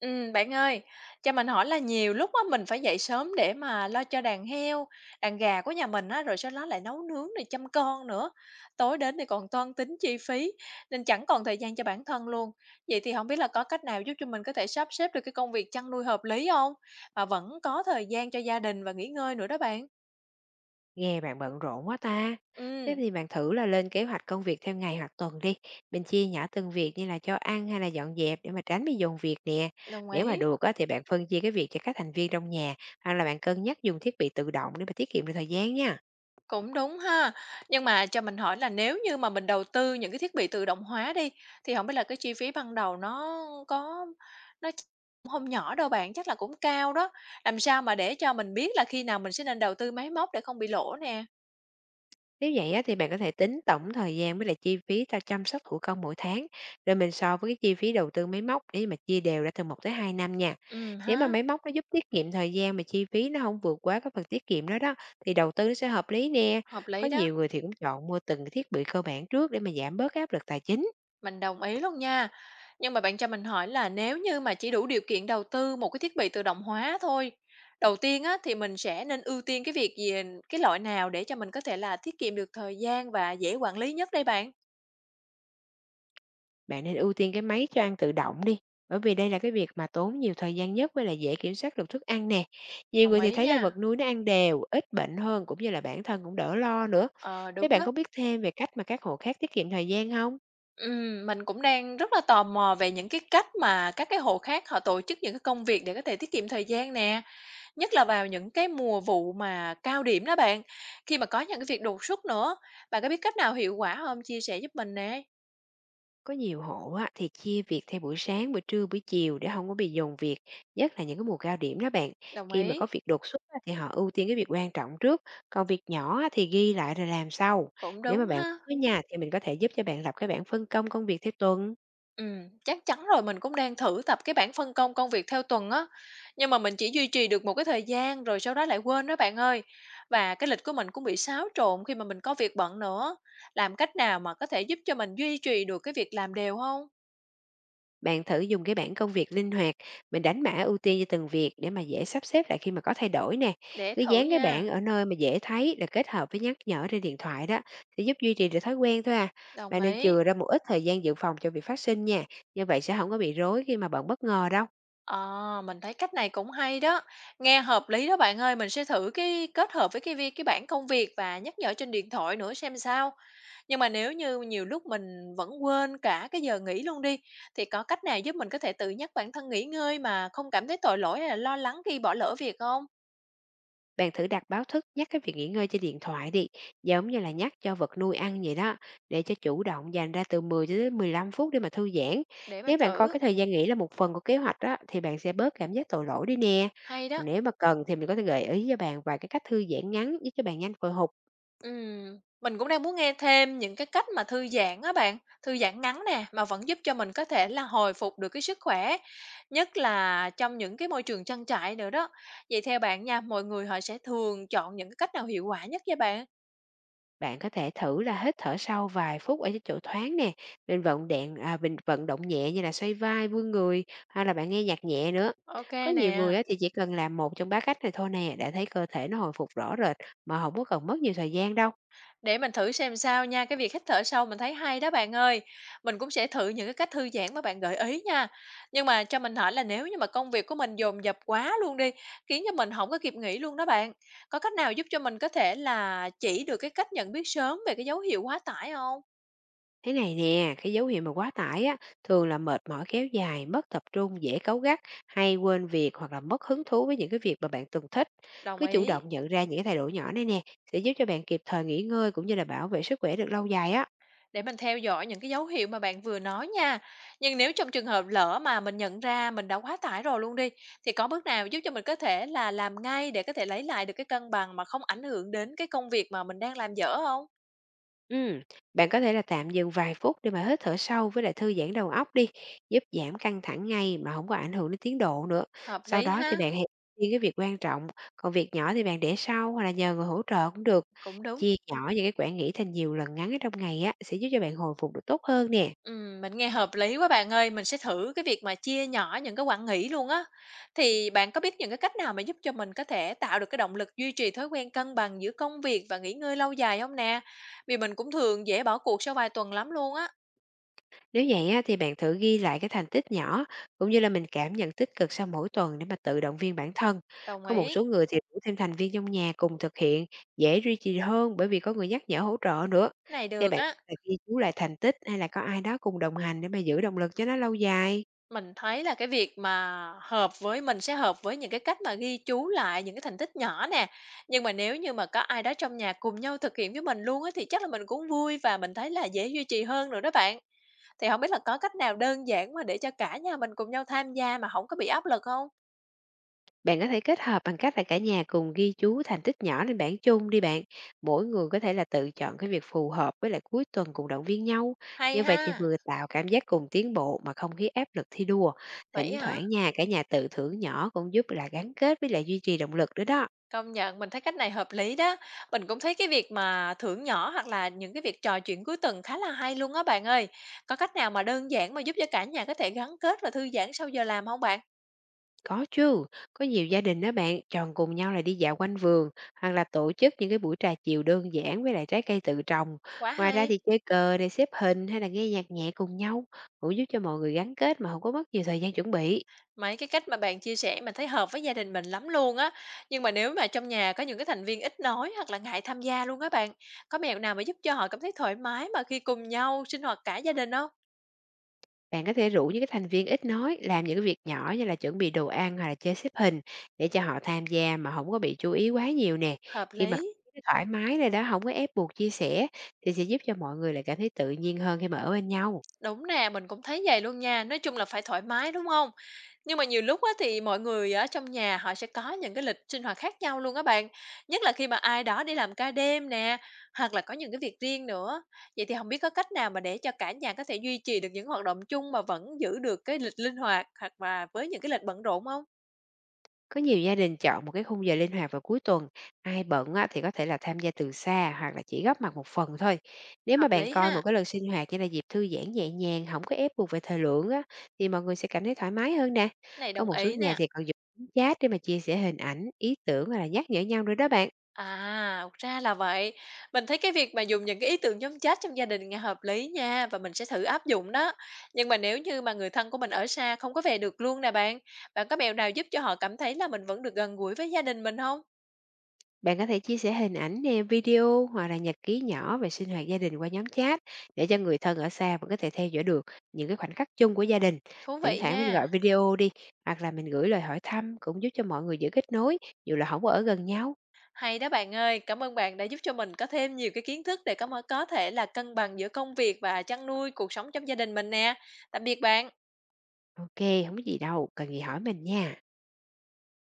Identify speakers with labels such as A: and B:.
A: Bạn ơi, cho mình hỏi là nhiều lúc á mình phải dậy sớm để mà lo cho đàn heo, đàn gà của nhà mình á, rồi sau đó lại nấu nướng rồi chăm con nữa. Tối đến thì còn toan tính chi phí nên chẳng còn thời gian cho bản thân luôn. Vậy thì không biết là có cách nào giúp cho mình có thể sắp xếp được cái công việc chăn nuôi hợp lý không? Mà vẫn có thời gian cho gia đình và nghỉ ngơi nữa đó bạn.
B: Nghe bạn bận rộn quá ta. Thế
A: Ừm,
B: thì bạn thử là lên kế hoạch công việc theo ngày hoặc tuần đi. Mình chia nhỏ từng việc như là cho ăn hay là dọn dẹp để mà tránh bị dồn việc nè.
A: đồng
B: Nếu mà
A: ý.
B: được á, thì bạn phân chia cái việc cho các thành viên trong nhà, hoặc là bạn cân nhắc dùng thiết bị tự động để mà tiết kiệm được thời gian nha.
A: Cũng đúng ha. Nhưng mà cho mình hỏi là nếu như mà mình đầu tư những cái thiết bị tự động hóa đi, thì không biết là cái chi phí ban đầu nó hông nhỏ đâu bạn, chắc là cũng cao đó. Làm sao mà để cho mình biết là khi nào mình sẽ nên đầu tư máy móc để không bị lỗ nè?
B: Nếu vậy á, thì bạn có thể tính tổng thời gian với lại chi phí ta chăm sóc thú cưng mỗi tháng, rồi mình so với cái chi phí đầu tư máy móc để mà chia đều ra từ một tới 2 năm nha. Nếu mà
A: Ha,
B: máy móc nó giúp tiết kiệm thời gian mà chi phí nó không vượt quá cái phần tiết kiệm đó đó, thì đầu tư nó sẽ hợp lý nè.
A: hợp
B: Có
A: lý đó.
B: nhiều người thì cũng chọn mua từng cái thiết bị cơ bản trước để mà giảm bớt cái áp lực tài chính.
A: Mình đồng ý luôn nha. Nhưng mà bạn cho mình hỏi là nếu như mà chỉ đủ điều kiện đầu tư một cái thiết bị tự động hóa thôi, đầu tiên á, thì mình sẽ nên ưu tiên cái việc gì, cái loại nào để cho mình có thể là tiết kiệm được thời gian và dễ quản lý nhất đây bạn?
B: Bạn nên ưu tiên cái máy cho ăn tự động đi, bởi vì đây là cái việc mà tốn nhiều thời gian nhất với là dễ kiểm soát được thức ăn nè. Nhiều
A: Đồng
B: người thì
A: ý
B: thấy là
A: nha.
B: vật nuôi nó ăn đều, ít bệnh hơn, cũng như là bản thân cũng đỡ lo nữa.
A: Ờ,
B: Thế
A: đúng
B: bạn
A: đó.
B: có biết thêm về cách mà các hộ khác tiết kiệm thời gian không?
A: Mình cũng đang rất là tò mò về những cái cách mà các cái hộ khác họ tổ chức những cái công việc để có thể tiết kiệm thời gian nè, nhất là vào những cái mùa vụ mà cao điểm đó bạn, khi mà có những cái việc đột xuất nữa. Bạn có biết cách nào hiệu quả không? Chia sẻ giúp mình nè.
B: Có nhiều hộ á, thì chia việc theo buổi sáng, buổi trưa, buổi chiều để không có bị dồn việc, nhất là những cái mùa cao điểm đó bạn.
A: Đồng
B: Khi mà
A: ý,
B: có việc đột xuất á, thì họ ưu tiên cái việc quan trọng trước, còn việc nhỏ á, thì ghi lại rồi làm sau.
A: cũng
B: Nếu
A: đúng
B: mà bạn muốn
A: ha.
B: á nha, thì mình có thể giúp cho bạn lập cái bảng phân công công việc theo tuần.
A: Chắc chắn rồi, mình cũng đang thử tập cái bảng phân công công việc theo tuần á, nhưng mà mình chỉ duy trì được một cái thời gian rồi sau đó lại quên đó bạn ơi. Và cái lịch của mình cũng bị xáo trộn khi mà mình có việc bận nữa. Làm cách nào mà có thể giúp cho mình duy trì được cái việc làm đều không?
B: Bạn thử dùng cái bảng công việc linh hoạt, mình đánh mã ưu tiên cho từng việc để mà dễ sắp xếp lại khi mà có thay đổi nè.
A: Để
B: Cứ
A: thử
B: dán cái
A: nha.
B: bảng ở nơi mà dễ thấy, là kết hợp với nhắc nhở trên điện thoại đó, sẽ giúp duy trì được thói quen thôi à.
A: Đồng
B: Bạn nên
A: ý.
B: chừa ra một ít thời gian dự phòng cho việc phát sinh nha. Như vậy sẽ không có bị rối khi mà bạn bất ngờ đâu.
A: Ờ, mình thấy cách này cũng hay đó, nghe hợp lý đó bạn ơi, mình sẽ thử cái kết hợp với cái bảng công việc và nhắc nhở trên điện thoại nữa xem sao. Nhưng mà nếu như nhiều lúc mình vẫn quên cả cái giờ nghỉ luôn đi, thì có cách nào giúp mình có thể tự nhắc bản thân nghỉ ngơi mà không cảm thấy tội lỗi hay là lo lắng khi bỏ lỡ việc không?
B: Bạn thử đặt báo thức nhắc cái việc nghỉ ngơi trên điện thoại đi, giống như là nhắc cho vật nuôi ăn vậy đó, để cho chủ động dành ra từ 10 cho tới 15 phút để mà thư giãn.
A: Để mình
B: Nếu bạn coi
A: thử,
B: cái thời gian nghỉ là một phần của kế hoạch đó, thì bạn sẽ bớt cảm giác tội lỗi đi nè.
A: hay đó.
B: Còn nếu mà cần thì mình có thể gợi ý cho bạn vài cái cách thư giãn ngắn, giúp cho bạn nhanh hồi phục.
A: Mình cũng đang muốn nghe thêm những cái cách mà thư giãn á bạn, thư giãn ngắn nè, mà vẫn giúp cho mình có thể là hồi phục được cái sức khỏe, nhất là trong những cái môi trường trang trại nữa đó. Vậy theo bạn nha, mọi người họ sẽ thường chọn những cái cách nào hiệu quả nhất vậy bạn?
B: Bạn có thể thử là hít thở sâu vài phút ở cái chỗ thoáng nè, mình vận động nhẹ như là xoay vai, vươn người, hay là bạn nghe nhạc nhẹ nữa.
A: Ok
B: Có nhiều
A: nè.
B: người á, thì chỉ cần làm một trong ba cách này thôi nè, đã thấy cơ thể nó hồi phục rõ rệt mà không có cần mất nhiều thời gian đâu.
A: Để mình thử xem sao nha, cái việc hít thở sâu mình thấy hay đó bạn ơi. Mình cũng sẽ thử những cái cách thư giãn mà bạn gợi ý nha. Nhưng mà cho mình hỏi là nếu như mà công việc của mình dồn dập quá luôn đi, khiến cho mình không có kịp nghỉ luôn đó bạn. Có cách nào giúp cho mình có thể là chỉ được cái cách nhận biết sớm về cái dấu hiệu quá tải không?
B: Thế này nè, cái dấu hiệu mà quá tải á, thường là mệt mỏi kéo dài, mất tập trung, dễ cáu gắt, hay quên việc hoặc là mất hứng thú với những cái việc mà bạn từng thích.
A: Đồng
B: Cứ chủ
A: ý.
B: động nhận ra những cái thay đổi nhỏ này nè, sẽ giúp cho bạn kịp thời nghỉ ngơi, cũng như là bảo vệ sức khỏe được lâu dài á.
A: Để mình theo dõi những cái dấu hiệu mà bạn vừa nói nha. Nhưng nếu trong trường hợp lỡ mà mình nhận ra mình đã quá tải rồi luôn đi, thì có bước nào giúp cho mình có thể là làm ngay để có thể lấy lại được cái cân bằng mà không ảnh hưởng đến cái công việc mà mình đang làm dở không?
B: Ừm, Bạn có thể là tạm dừng vài phút để mà hít thở sâu với lại thư giãn đầu óc đi, giúp giảm căng thẳng ngay mà không có ảnh hưởng đến tiến độ nữa.
A: Hợp
B: Sau
A: lý
B: đó thì
A: ha,
B: bạn hãy ưu tiên cái việc quan trọng, còn việc nhỏ thì bạn để sau hoặc là nhờ người hỗ trợ cũng được.
A: cũng đúng.
B: Chia nhỏ những cái quãng nghỉ thành nhiều lần ngắn ở trong ngày á, sẽ giúp cho bạn hồi phục được tốt hơn nè.
A: Mình nghe hợp lý quá bạn ơi, mình sẽ thử cái việc mà chia nhỏ những cái quãng nghỉ luôn á. Thì bạn có biết những cái cách nào mà giúp cho mình có thể tạo được cái động lực duy trì thói quen cân bằng giữa công việc và nghỉ ngơi lâu dài không nè? Vì mình cũng thường dễ bỏ cuộc sau vài tuần lắm luôn á.
B: Nếu vậy á, thì bạn thử ghi lại cái thành tích nhỏ, cũng như là mình cảm nhận tích cực sau mỗi tuần để mà tự động viên bản thân.
A: Đồng
B: Có một
A: ý,
B: số người thì rủ thêm thành viên trong nhà cùng thực hiện, dễ duy trì hơn bởi vì có người nhắc nhở hỗ trợ nữa.
A: này
B: Thì
A: được
B: bạn
A: á.
B: là ghi chú lại thành tích, hay là có ai đó cùng đồng hành để mà giữ động lực cho nó lâu dài.
A: Mình thấy là cái việc mà hợp với mình sẽ hợp với những cái cách mà ghi chú lại những cái thành tích nhỏ nè. Nhưng mà nếu như mà có ai đó trong nhà cùng nhau thực hiện với mình luôn á, thì chắc là mình cũng vui và mình thấy là dễ duy trì hơn rồi đó bạn. Thì không biết là có cách nào đơn giản mà để cho cả nhà mình cùng nhau tham gia mà không có bị áp lực không?
B: Bạn có thể kết hợp bằng cách là cả nhà cùng ghi chú thành tích nhỏ lên bảng chung đi bạn. Mỗi người có thể là tự chọn cái việc phù hợp, với lại cuối tuần cùng động viên nhau.
A: Hay
B: Như vậy thì
A: ha!
B: vừa tạo cảm giác cùng tiến bộ mà không khí áp lực thi đua.
A: Vậy
B: Thỉnh
A: hả?
B: thoảng nha, cả nhà tự thưởng nhỏ cũng giúp là gắn kết với lại duy trì động lực nữa đó.
A: Công nhận, mình thấy cách này hợp lý đó. Mình cũng thấy cái việc mà thưởng nhỏ hoặc là những cái việc trò chuyện cuối tuần khá là hay luôn á bạn ơi. Có cách nào mà đơn giản mà giúp cho cả nhà có thể gắn kết và thư giãn sau giờ làm không bạn?
B: Có chứ, có nhiều gia đình đó bạn tròn cùng nhau là đi dạo quanh vườn, hoặc là tổ chức những cái buổi trà chiều đơn giản với lại trái cây tự trồng.
A: Quá
B: Ngoài ra
A: hay.
B: thì chơi cờ này, xếp hình hay là nghe nhạc nhẹ cùng nhau, cũng giúp cho mọi người gắn kết mà không có mất nhiều thời gian chuẩn bị.
A: Mấy cái cách mà bạn chia sẻ mình thấy hợp với gia đình mình lắm luôn á. Nhưng mà nếu mà trong nhà có những cái thành viên ít nói hoặc là ngại tham gia luôn á bạn, có mẹo nào mà giúp cho họ cảm thấy thoải mái mà khi cùng nhau sinh hoạt cả gia đình không?
B: Bạn có thể rủ những cái thành viên ít nói làm những cái việc nhỏ như là chuẩn bị đồ ăn hoặc là chơi xếp hình, để cho họ tham gia mà không có bị chú ý quá nhiều nè.
A: Hợp
B: Khi mà
A: lý.
B: thoải mái rồi đó, không có ép buộc chia sẻ, thì sẽ giúp cho mọi người lại cảm thấy tự nhiên hơn khi mà ở bên nhau.
A: Đúng nè, mình cũng thấy vậy luôn nha, nói chung là phải thoải mái, đúng không? Nhưng mà nhiều lúc á thì mọi người ở trong nhà họ sẽ có những cái lịch sinh hoạt khác nhau luôn á bạn, nhất là khi mà ai đó đi làm ca đêm nè, hoặc là có những cái việc riêng nữa. Vậy thì không biết có cách nào mà để cho cả nhà có thể duy trì được những hoạt động chung mà vẫn giữ được cái lịch linh hoạt hoặc mà với những cái lịch bận rộn không?
B: Có nhiều gia đình chọn một cái khung giờ linh hoạt vào cuối tuần, ai bận á, thì có thể là tham gia từ xa hoặc là chỉ góp mặt một phần thôi. Nếu
A: Hợp
B: mà bạn
A: lý
B: coi một
A: ha,
B: cái lần sinh hoạt như là dịp thư giãn nhẹ nhàng, không có ép buộc về thời lượng á, thì mọi người sẽ cảm thấy thoải mái hơn nè.
A: cái này
B: Có
A: đồng
B: một số
A: ý
B: nhà
A: nè.
B: thì còn dùng chat để mà chia sẻ hình ảnh, ý tưởng hoặc là nhắc nhở nhau nữa đó bạn.
A: À, ra là vậy. Mình thấy cái việc mà dùng những cái ý tưởng nhóm chat trong gia đình nghe hợp lý nha và mình sẽ thử áp dụng đó. Nhưng mà nếu như mà người thân của mình ở xa không có về được luôn nè bạn, bạn có mẹo nào giúp cho họ cảm thấy là mình vẫn được gần gũi với gia đình mình không?
B: Bạn có thể chia sẻ hình ảnh nè, video hoặc là nhật ký nhỏ về sinh hoạt gia đình qua nhóm chat, để cho người thân ở xa vẫn có thể theo dõi được những cái khoảnh khắc chung của gia đình.
A: Thú
B: Thỉnh
A: vị
B: thoảng mình gọi
A: nha.
B: video đi, hoặc là mình gửi lời hỏi thăm, cũng giúp cho mọi người giữ kết nối dù là không có ở gần nhau.
A: Hay đó bạn ơi, cảm ơn bạn đã giúp cho mình có thêm nhiều cái kiến thức để có thể là cân bằng giữa công việc và chăn nuôi cuộc sống trong gia đình mình nè. Tạm biệt bạn.
B: Ok, không có gì đâu, cần gì hỏi mình nha.